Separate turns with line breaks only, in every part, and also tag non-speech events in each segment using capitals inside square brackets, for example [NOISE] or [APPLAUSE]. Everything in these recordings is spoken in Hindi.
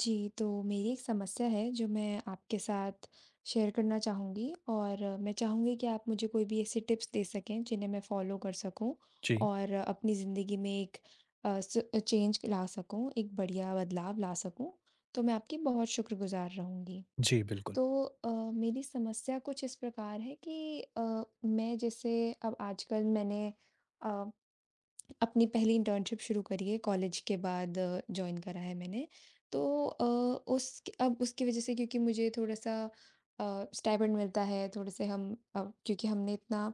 जी, तो मेरी एक समस्या है जो मैं आपके साथ शेयर करना चाहूँगी और मैं चाहूँगी कि आप मुझे कोई भी ऐसी टिप्स दे सकें जिन्हें मैं फॉलो कर सकूँ
जी,
और अपनी ज़िंदगी में एक अ, स चेंज ला सकूँ, एक बढ़िया बदलाव ला सकूँ। तो मैं आपकी बहुत शुक्रगुज़ार रहूँगी।
जी, बिल्कुल।
तो मेरी समस्या कुछ इस प्रकार है कि मैं जैसे अब आजकल मैंने अ अपनी पहली इंटर्नशिप शुरू करी है कॉलेज के बाद, जॉइन करा है मैंने। तो अ, उस अब उसकी वजह से क्योंकि मुझे थोड़ा सा स्टाइपेंड मिलता है थोड़े से, हम क्योंकि हमने इतना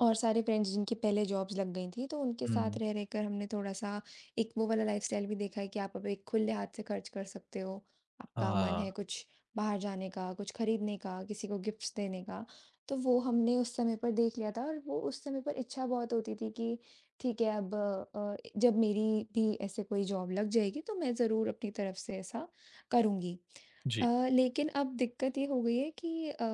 और सारे फ्रेंड्स जिनकी पहले जॉब्स लग गई थी, तो उनके साथ
हुँ,
रह रहकर हमने थोड़ा-सा एक वो वाला लाइफ़स्टाइल भी देखा है कि आप अब एक खुले हाथ से खर्च कर सकते हो। आपका मन
हाँ।
है कुछ बाहर जाने का, कुछ खरीदने का, किसी को गिफ्ट्स देने का, तो वो हमने उस समय पर देख लिया था और वो उस समय पर इच्छा बहुत होती थी कि ठीक है, अब जब मेरी भी ऐसे कोई जॉब लग जाएगी तो मैं ज़रूर अपनी तरफ से ऐसा करूँगी। अ,
जी,
लेकिन अब दिक्कत ये हो गई है कि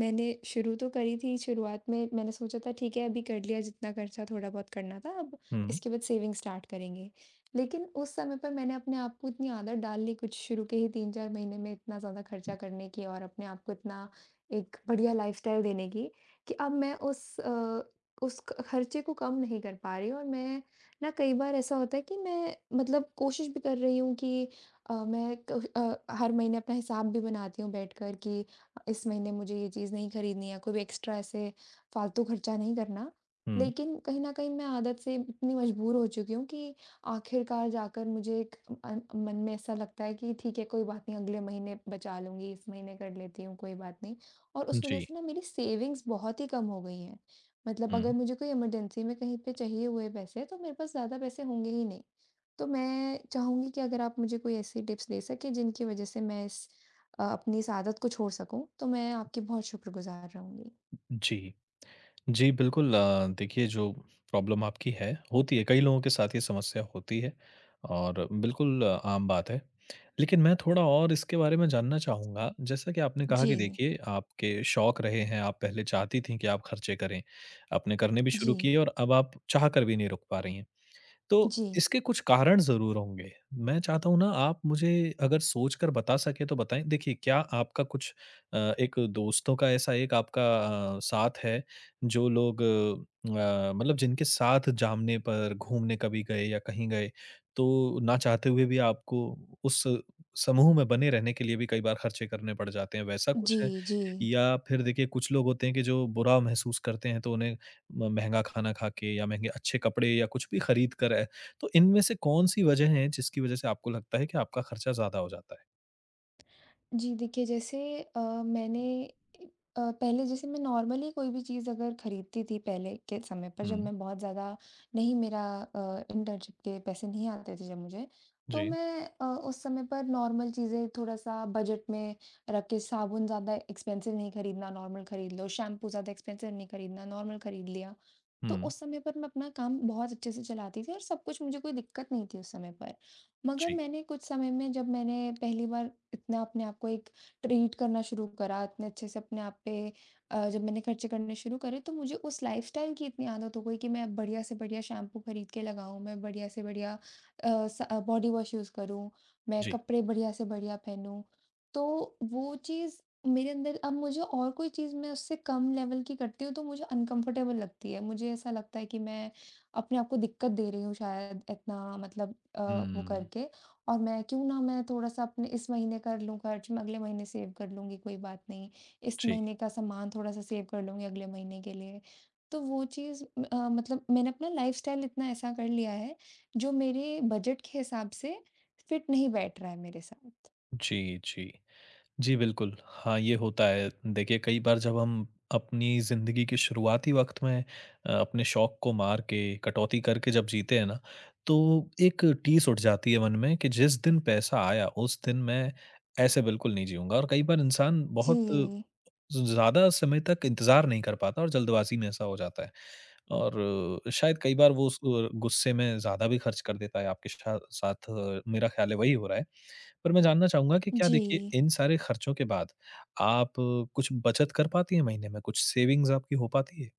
मैंने शुरू तो करी थी, शुरुआत में मैंने सोचा था ठीक है अभी कर लिया, जितना खर्चा थोड़ा बहुत करना था, अब
हुँ,
इसके बाद सेविंग स्टार्ट करेंगे। लेकिन उस समय पर मैंने अपने आप को इतनी आदत डाल ली कुछ शुरू के ही 3-4 महीने में, इतना ज़्यादा खर्चा करने की और अपने आप को इतना एक बढ़िया लाइफस्टाइल देने की कि अब मैं उस अ, उस ख- खर्चे को कम नहीं कर पा रही हूँ। और मैं, ना कई बार ऐसा होता है कि मैं मतलब कोशिश भी कर रही हूँ कि मैं हर महीने अपना हिसाब भी बनाती हूँ बैठकर कि इस महीने मुझे ये चीज़ नहीं खरीदनी है, कोई भी एक्स्ट्रा ऐसे फालतू खर्चा नहीं करना।
हुँ,
लेकिन कहीं न कहीं मैं आदत से इतनी मजबूर हो चुकी हूँ कि आखिरकार जाकर मुझे एक मन में ऐसा लगता है कि ठीक है कोई बात नहीं, अगले महीने बचा लूँगी, इस महीने कर लेती हूँ, कोई बात नहीं। और उस वज़ह
जी,
से ना मेरी सेविंग्स बहुत ही कम हो गई हैं। मतलब अगर
हुँ,
मुझे कोई इमरजेंसी में कहीं पे चाहिए हुए पैसे, तो मेरे पास ज़्यादा पैसे होंगे ही नहीं। तो मैं चाहूँगी कि अगर आप मुझे कोई ऐसी टिप्स दे सकें जिनकी वज़ह से मैं इस अपनी इस आदत को छोड़ सकूँ, तो मैं आपकी बहुत शुक्रगुज़ार रहूँगी।
जी। जी, बिल्कुल, देखिए जो प्रॉब्लम आपकी है, होती है। कई लोगों के साथ ये समस्या होती है और बिल्कुल, आम बात है। लेकिन मैं थोड़ा और इसके बारे में जानना चाहूँगा। जैसा कि आपने कहा कि
जी,
देखिए, आपके शौक रहे हैं, आप पहले चाहती थीं कि आप खर्चे करें, आपने करने भी शुरू
जी,
किए और अब आप चाह कर भी नहीं रुक पा रही हैं। तो
जी,
इसके कुछ कारण ज़रूर होंगे। मैं चाहता हूँ ना, आप मुझे अगर सोच कर बता सकें तो बताएँ। देखिए, क्या आपका कुछ एक दोस्तों का ऐसा एक आपका साथ है? जो लोग मतलब जिनके साथ जामने पर घूमने कभी गए या कहीं गए, तो ना चाहते हुए भी आपको उस समूह में बने रहने के लिए भी कई बार खर्चे करने पड़ जाते हैं, वैसा कुछ
जी,
है?
जी।
या फिर देखिए, कुछ लोग होते हैं कि जो बुरा महसूस करते हैं तो उन्हें म महँगा खाना खा के या महँगे अच्छे कपड़े या कुछ भी खरीद कर है, तो इनमें से कौन-सी वजह है जिसकी वजह से आपको लगता है कि आपका खर्चा ज़्यादा हो जाता है?
जी, देखिए, जैसे मैंने पहले जैसे मैं नॉर्मली कोई भी चीज़ अगर खरीदती थी पहले के समय पर जब
हुँ,
मैं बहुत ज़्यादा नहीं, मेरा इंटर्नशिप के पैसे नहीं आते थे जब मुझे, तो
जी,
मैं उस समय पर नॉर्मल चीज़ें थोड़ा-सा बजट में रख के, साबुन ज़्यादा एक्सपेंसिव नहीं खरीदना, नॉर्मल खरीद लो, शैम्पू ज़्यादा एक्सपेंसिव नहीं खरीदना, नॉर्मल खरीद लिया। तो
हुँ,
उस समय पर मैं अपना काम बहुत अच्छे से चलाती थी और सब कुछ, मुझे कोई दिक्कत नहीं थी उस समय पर। मगर
जी,
मैंने कुछ समय में जब मैंने पहली बार इतना अपने आप को एक ट्रीट करना शुरू करा, इतने अच्छे से अपने आप पे जब मैंने खर्चे करने शुरू करे, तो मुझे उस लाइफ़स्टाइल की इतनी आदत हो गई कि मैं बढ़िया से बढ़िया शैम्पू खरीद के लगाऊँ, मैं बढ़िया से बढ़िया बॉडी वॉश यूज़ करूँ, मैं
जी,
कपड़े बढ़िया से बढ़िया पहनूँ। तो वो चीज़ मेरे अंदर, अब मुझे और कोई चीज़ मैं उससे कम लेवल की करती हूँ तो मुझे अनकम्फ़र्टेबल लगती है। मुझे ऐसा लगता है कि मैं अपने आप को दिक्कत दे रही हूँ शायद, इतना मतलब वो
हुँ,
करके। और मैं क्यों ना मैं थोड़ा-सा अपने इस महीने कर लूँ खर्च, मैं अगले महीने सेव कर लूँगी, कोई बात नहीं। इस
जी,
महीने का सामान थोड़ा-सा सेव कर लूँगी अगले महीने के लिए। तो वो चीज़ मतलब मैंने अपना लाइफ़स्टाइल इतना ऐसा कर लिया है, जो मेरे बजट के हिसाब से फिट नहीं बैठ रहा है मेरे साथ।
जी, जी। जी, बिल्कुल। हाँ, ये होता है। देखिए, कई बार जब हम अपनी ज़िंदगी के शुरुआती वक़्त में अपने शौक को मार के, कटौती करके जब जीते हैं ना, तो एक टीस उठ जाती है मन में कि जिस दिन पैसा आया, उस दिन मैं ऐसे बिल्कुल नहीं जीऊँगा। और कई बार इंसान बहुत
जी।
ज़्यादा समय तक इंतज़ार नहीं कर पाता और जल्दबाज़ी में ऐसा हो जाता है। और शायद कई बार वो उस गुस्से में ज़्यादा भी खर्च कर देता है। आपके शा साथ, मेरा ख़्याल है वही हो रहा है। पर मैं जानना चाहूँगा कि क्या
जी।
देखिए, इन सारे खर्चों के बाद आप कुछ बचत कर पाती हैं महीने में? कुछ सेविंग्स आपकी हो पाती है?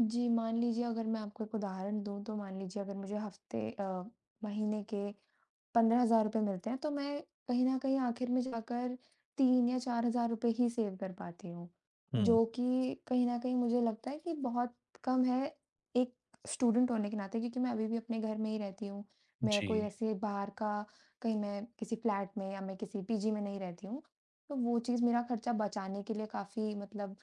जी, मान लीजिए अगर मैं आपको एक उदाहरण दूँ, तो मान लीजिए अगर मुझे महीने के ₹15,000 मिलते हैं, तो मैं कहीं न कहीं आखिर में जाकर 3 या ₹4,000 ही सेव कर पाती हूँ,
हुँ,
जो कि कहीं न कहीं मुझे लगता है कि बहुत कम है, एक स्टूडेंट होने के नाते, क्योंकि मैं अभी भी अपने घर में ही रहती हूँ। मैं
जी,
कोई ऐसे बाहर का, कहीं मैं किसी फ्लैट में या मैं किसी पीजी में नहीं रहती हूँ, तो वो चीज़ मेरा खर्चा बचाने के लिए काफ़ी मतलब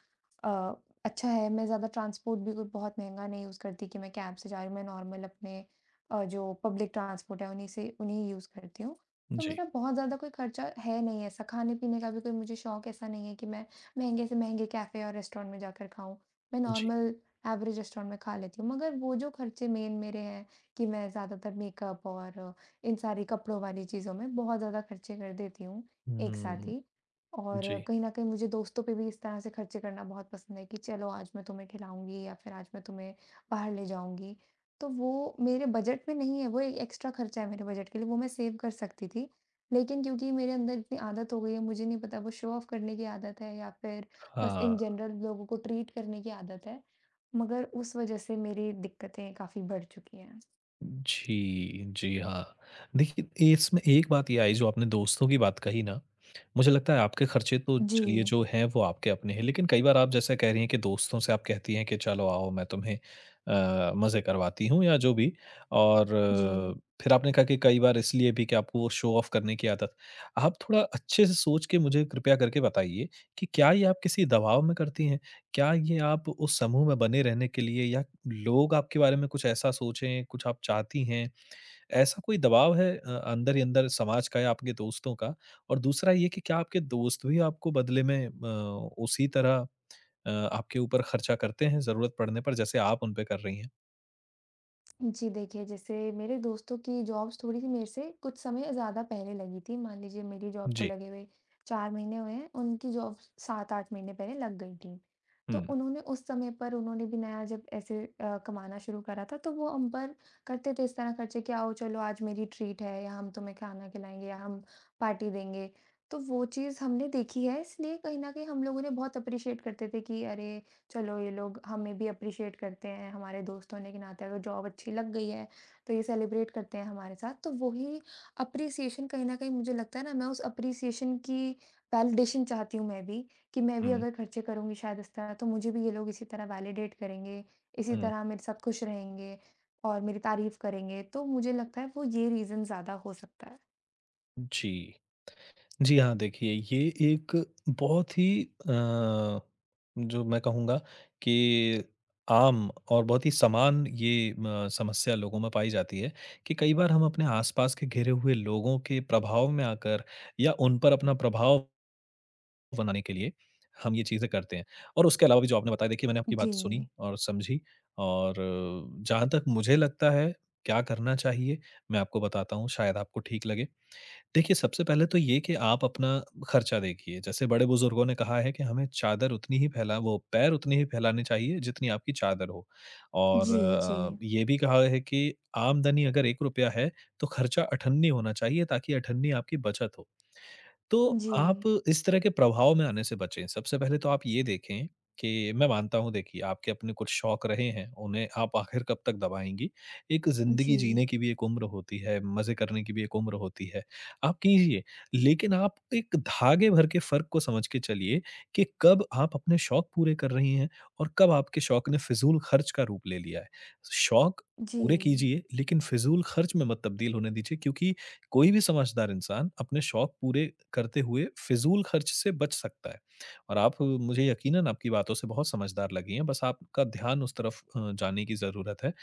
अ, अच्छा है। मैं ज़्यादा ट्रांसपोर्ट भी कोई बहुत महँगा नहीं यूज़ करती कि मैं कैब से जा रही हूँ, मैं नॉर्मल अपने जो पब्लिक ट्रांसपोर्ट है उन्हीं यूज़ करती हूँ। तो
जी,
मेरा बहुत ज़्यादा कोई खर्चा है नहीं ऐसा, खाने-पीने का भी कोई मुझे शौक ऐसा नहीं है कि मैं महँगे से महँगे कैफ़े और रेस्टोरेंट में जाकर खाऊँ। मैं
जी।
नॉर्मल एवरेज रेस्टोरेंट में खा लेती हूँ। मगर वो जो खर्चे मेन मेरे हैं कि मैं ज़्यादातर मेकअप और इन सारी कपड़ों वाली चीज़ों में बहुत ज़्यादा खर्चे कर देती हूँ एक साथ
हुँ,
ही। और
जी,
कहीं न कहीं मुझे दोस्तों पे भी इस तरह से खर्चे करना बहुत पसंद है कि चलो आज मैं तुम्हें खिलाऊँगी या फिर आज मैं तुम्हें बाहर ले जाऊँगी। तो वो मेरे बजट में नहीं है, वो एक एक्स्ट्रा खर्चा है मेरे बजट के लिए, वो मैं सेव कर सकती थी। लेकिन क्योंकि मेरे अंदर इतनी आदत हो गई है, मुझे नहीं पता वो शो ऑफ करने की आदत है या फिर बस इन
हाँ।
जनरल लोगों को ट्रीट करने की आदत है, मगर उस वजह से मेरी दिक्कतें काफ़ी बढ़ चुकी हैं।
जी, जी, हाँ। देखिए, ये इसमें एक बात ये आई जो आपने दोस्तों की बात कही ना। मुझे लगता है आपके खर्चे तो चलिए
जी,
जो हैं वो आपके अपने हैं, लेकिन कई बार आप जैसा कह रही हैं कि दोस्तों से आप कहती हैं कि चलो आओ मैं तुम्हें मज़े करवाती हूँ या जो भी। और
जी।
फिर आपने कहा कि कई बार इसलिए भी कि आपको वो शो ऑफ करने की आदत। आप थोड़ा अच्छे से सोच के मुझे कृपया करके बताइए कि क्या ये आप किसी दबाव में करती हैं? क्या ये आप उस समूह में बने रहने के लिए या लोग आपके बारे में कुछ ऐसा सोचें, कुछ आप चाहती हैं? ऐसा कोई दबाव है अंदर ही अंदर समाज का या आपके दोस्तों का? और दूसरा ये कि क्या आपके दोस्त भी आपको बदले में उसी तरह आपके ऊपर खर्चा करते हैं ज़रूरत पड़ने पर जैसे आप उन पे कर रही हैं?
जी, देखिए, जैसे मेरे दोस्तों की जॉब्स थोड़ी-सी मेरे से कुछ समय ज़्यादा पहले लगी थी। मान लीजिए मेरी जॉब को
जी।
लगे हुए 4 महीने हुए हैं, उनकी जॉब 7-8 महीने पहले लग गई थी। तो
हुँ,
उन्होंने उस समय पर उन्होंने भी नया जब ऐसे कमाना शुरू करा था, तो वो हम पर करते थे इस तरह खर्चे, कि आओ चलो आज मेरी ट्रीट है, या हम तुम्हें खाना खिलाएँगे, या हम पार्टी देंगे। तो वो चीज़ हमने देखी है, इसलिए कहीं न कहीं हम लोगों ने बहुत एप्रिशिएट करते थे कि अरे! चलो ये लोग हमें भी अप्रिशिएट करते हैं हमारे दोस्त होने के नाते, अगर जॉब अच्छी लग गई है तो ये सेलिब्रेट करते हैं हमारे साथ, तो वही अप्रिसिएशन कहीं ना कहीं मुझे लगता है ना, मैं उस अप्रिसिएशन की वैलिडेशन चाहती हूँ मैं भी, कि मैं भी
हुँ,
अगर खर्चे करूंगी शायद इस तरह, तो मुझे भी ये लोग इसी तरह वैलिडेट करेंगे, इसी
हुँ।
तरह मेरे साथ खुश रहेंगे और मेरी तारीफ करेंगे, तो मुझे लगता है वो ये रीज़न ज़्यादा हो सकता है।
जी। जी हाँ, देखिए, ये एक बहुत ही अ, जो मैं कहूँगा कि आम और बहुत ही समान ये म समस्या लोगों में पाई जाती है कि कई बार हम अपने आस-पास के घिरे हुए लोगों के प्रभाव में आकर या उन पर अपना प्रभाव बनाने के लिए हम ये चीज़ें करते हैं। और उसके अलावा भी जो आपने बताया, देखिए मैंने आपकी
जी,
बात सुनी और समझी, और जहाँ तक मुझे लगता है क्या करना चाहिए, मैं आपको बताता हूँ शायद आपको ठीक लगे। देखिए, सबसे पहले तो ये कि आप अपना खर्चा देखिए। जैसे बड़े-बुज़ुर्गों ने कहा है कि हमें चादर उतनी ही फैला वो पैर उतनी ही फैलाने चाहिए जितनी आपकी चादर हो। और
जी, जी,
ये भी कहा है कि आमदनी अगर ₹1 है तो खर्चा अठन्नी होना चाहिए ताकि अठन्नी आपकी बचत हो। तो
जी,
आप इस तरह के प्रभाव में आने से बचें। सबसे पहले तो आप ये देखें कि मैं मानता हूँ देखिए, आपके अपने कुछ शौक रहे हैं, उन्हें आप आखिर कब तक दबाएँगी। एक ज़िंदगी
जी,
जीने की भी एक उम्र होती है, मज़े करने की भी एक उम्र होती है। आप कीजिए, लेकिन आप एक धागे भर के फ़र्क को समझ के चलिए कि कब आप अपने शौक पूरे कर रही हैं और कब आपके शौक ने फ़िज़ूल खर्च का रूप ले लिया है। शौक पूरे
जी,
कीजिए लेकिन फ़िज़ूल खर्च में मत तब्दील होने दीजिए, क्योंकि कोई भी समझदार इंसान अपने शौक पूरे करते हुए फिजूल खर्च से बच सकता है। और आप, मुझे यकीनन आपकी बातों से बहुत समझदार लगी हैं, बस आपका ध्यान उस तरफ जाने की ज़रूरत है।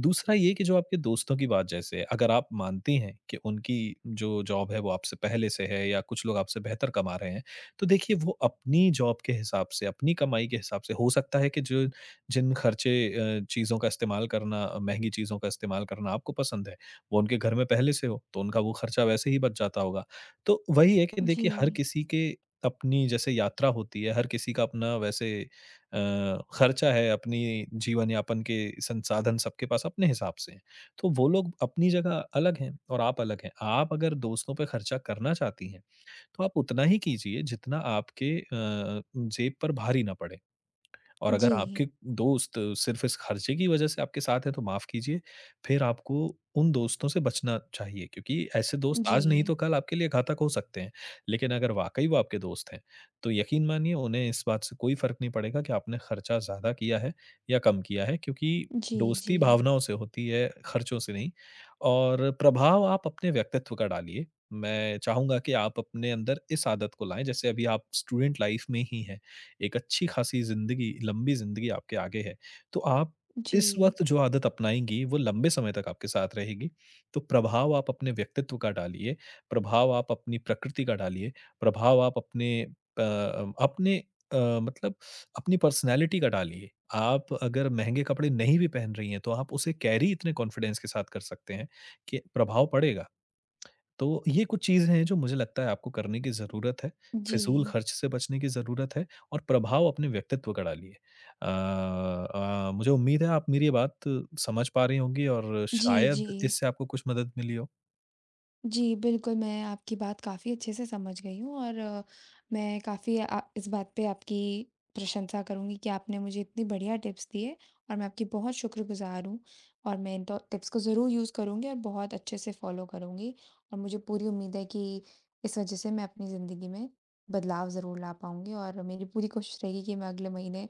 दूसरा ये कि जो आपके दोस्तों की बात, जैसे अगर आप मानती हैं कि उनकी जो जॉब है वो आपसे पहले से है या कुछ लोग आपसे बेहतर कमा रहे हैं, तो देखिए वो अपनी जॉब के हिसाब से, अपनी कमाई के हिसाब से हो सकता है कि जो जिन खर्चे चीज़ों का इस्तेमाल करना, महँगी चीज़ों का इस्तेमाल करना आपको पसंद है, वो उनके घर में पहले से हो, तो उनका वो खर्चा वैसे ही बच जाता होगा। तो वही है कि देखिए, हर
जी,
किसी के अपनी जैसे यात्रा होती है, हर किसी का अपना वैसे अ, खर्चा है, अपनी जीवन यापन के संसाधन सबके पास अपने हिसाब से हैं। तो वो लोग अपनी जगह अलग हैं और आप अलग हैं। आप अगर दोस्तों पे खर्चा करना चाहती हैं, तो आप उतना ही कीजिए जितना आपके जेब पर भारी ना पड़े। और अगर
जी,
आपके दोस्त सिर्फ़ इस खर्चे की वज़ह से आपके साथ हैं तो माफ़ कीजिए, फिर आपको उन दोस्तों से बचना चाहिए, क्योंकि ऐसे दोस्त
जी,
आज नहीं तो कल आपके लिए घातक हो सकते हैं। लेकिन अगर वाक़ई वो आपके दोस्त हैं, तो यकीन मानिए उन्हें इस बात से कोई फ़र्क नहीं पड़ेगा कि आपने खर्चा ज़्यादा किया है या कम किया है, क्योंकि
जी,
दोस्ती
जी।
भावनाओं से होती है, खर्चों से नहीं। और प्रभाव आप अपने व्यक्तित्व का डालिए। मैं चाहूँगा कि आप अपने अंदर इस आदत को लाएँ, जैसे अभी आप स्टूडेंट लाइफ़ में ही हैं। एक अच्छी खासी ज़िंदगी, लंबी ज़िंदगी आपके आगे है। तो आप
जी।
इस वक़्त जो आदत अपनाएँगी वो लंबे समय तक आपके साथ रहेगी। तो प्रभाव आप अपने व्यक्तित्व का डालिए, प्रभाव आप अपनी प्रकृति का डालिए, प्रभाव आप अपने अपने मतलब अपनी पर्सनैलिटी का डालिए। आप अगर महँगे कपड़े नहीं भी पहन रही हैं तो आप उसे कैरी इतने कॉन्फिडेंस के साथ कर सकते हैं कि प्रभाव पड़ेगा। तो ये कुछ चीज़ें हैं जो मुझे लगता है आपको करने की ज़रूरत है,
जी।
फिज़ूल खर्च से बचने की ज़रूरत है, और प्रभाव अपने व्यक्तित्व का डालिए। अ मुझे उम्मीद है आप मेरी ये बात समझ पा रही होंगी और
जी,
शायद
जी।
इससे आपको कुछ मदद मिली हो।
जी, बिल्कुल, मैं आपकी बात काफ़ी अच्छे से समझ गई हूँ और मैं काफ़ी इस बात पे आपकी प्रशंसा करूँगी कि आपने मुझे इतनी बढ़िया टिप्स दिए और मैं आपकी बहुत शुक्रगुज़ार हूँ, और मैं इन टो टिप्स को ज़रूर यूज़ करूँगी और बहुत अच्छे से फ़ॉलो करूँगी, और मुझे पूरी उम्मीद है कि इस वज़ह से मैं अपनी ज़िंदगी में बदलाव ज़रूर ला पाऊँगी, और मेरी पूरी कोशिश रहेगी कि मैं अगले महीने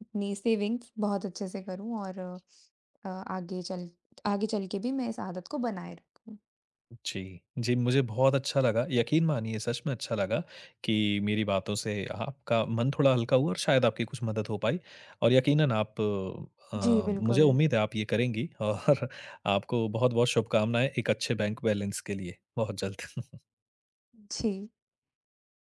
अपनी सेविंग्स बहुत अच्छे से करूँ और अ, आगे चल आगे चल के भी मैं इस आदत को बनाए रखूँ।
जी, जी, मुझे बहुत अच्छा लगा। यकीन मानिए सच में अच्छा लगा कि मेरी बातों से आपका मन थोड़ा हल्का हुआ और शायद आपकी कुछ मदद हो पाई, और यकीनन आप अ,
जी,
मुझे
बिल्कुल।
उम्मीद है आप ये करेंगी। और [LAUGHS] आपको बहुत-बहुत शुभकामनाएँ एक अच्छे बैंक बैलेंस के लिए, बहुत जल्द।
जी।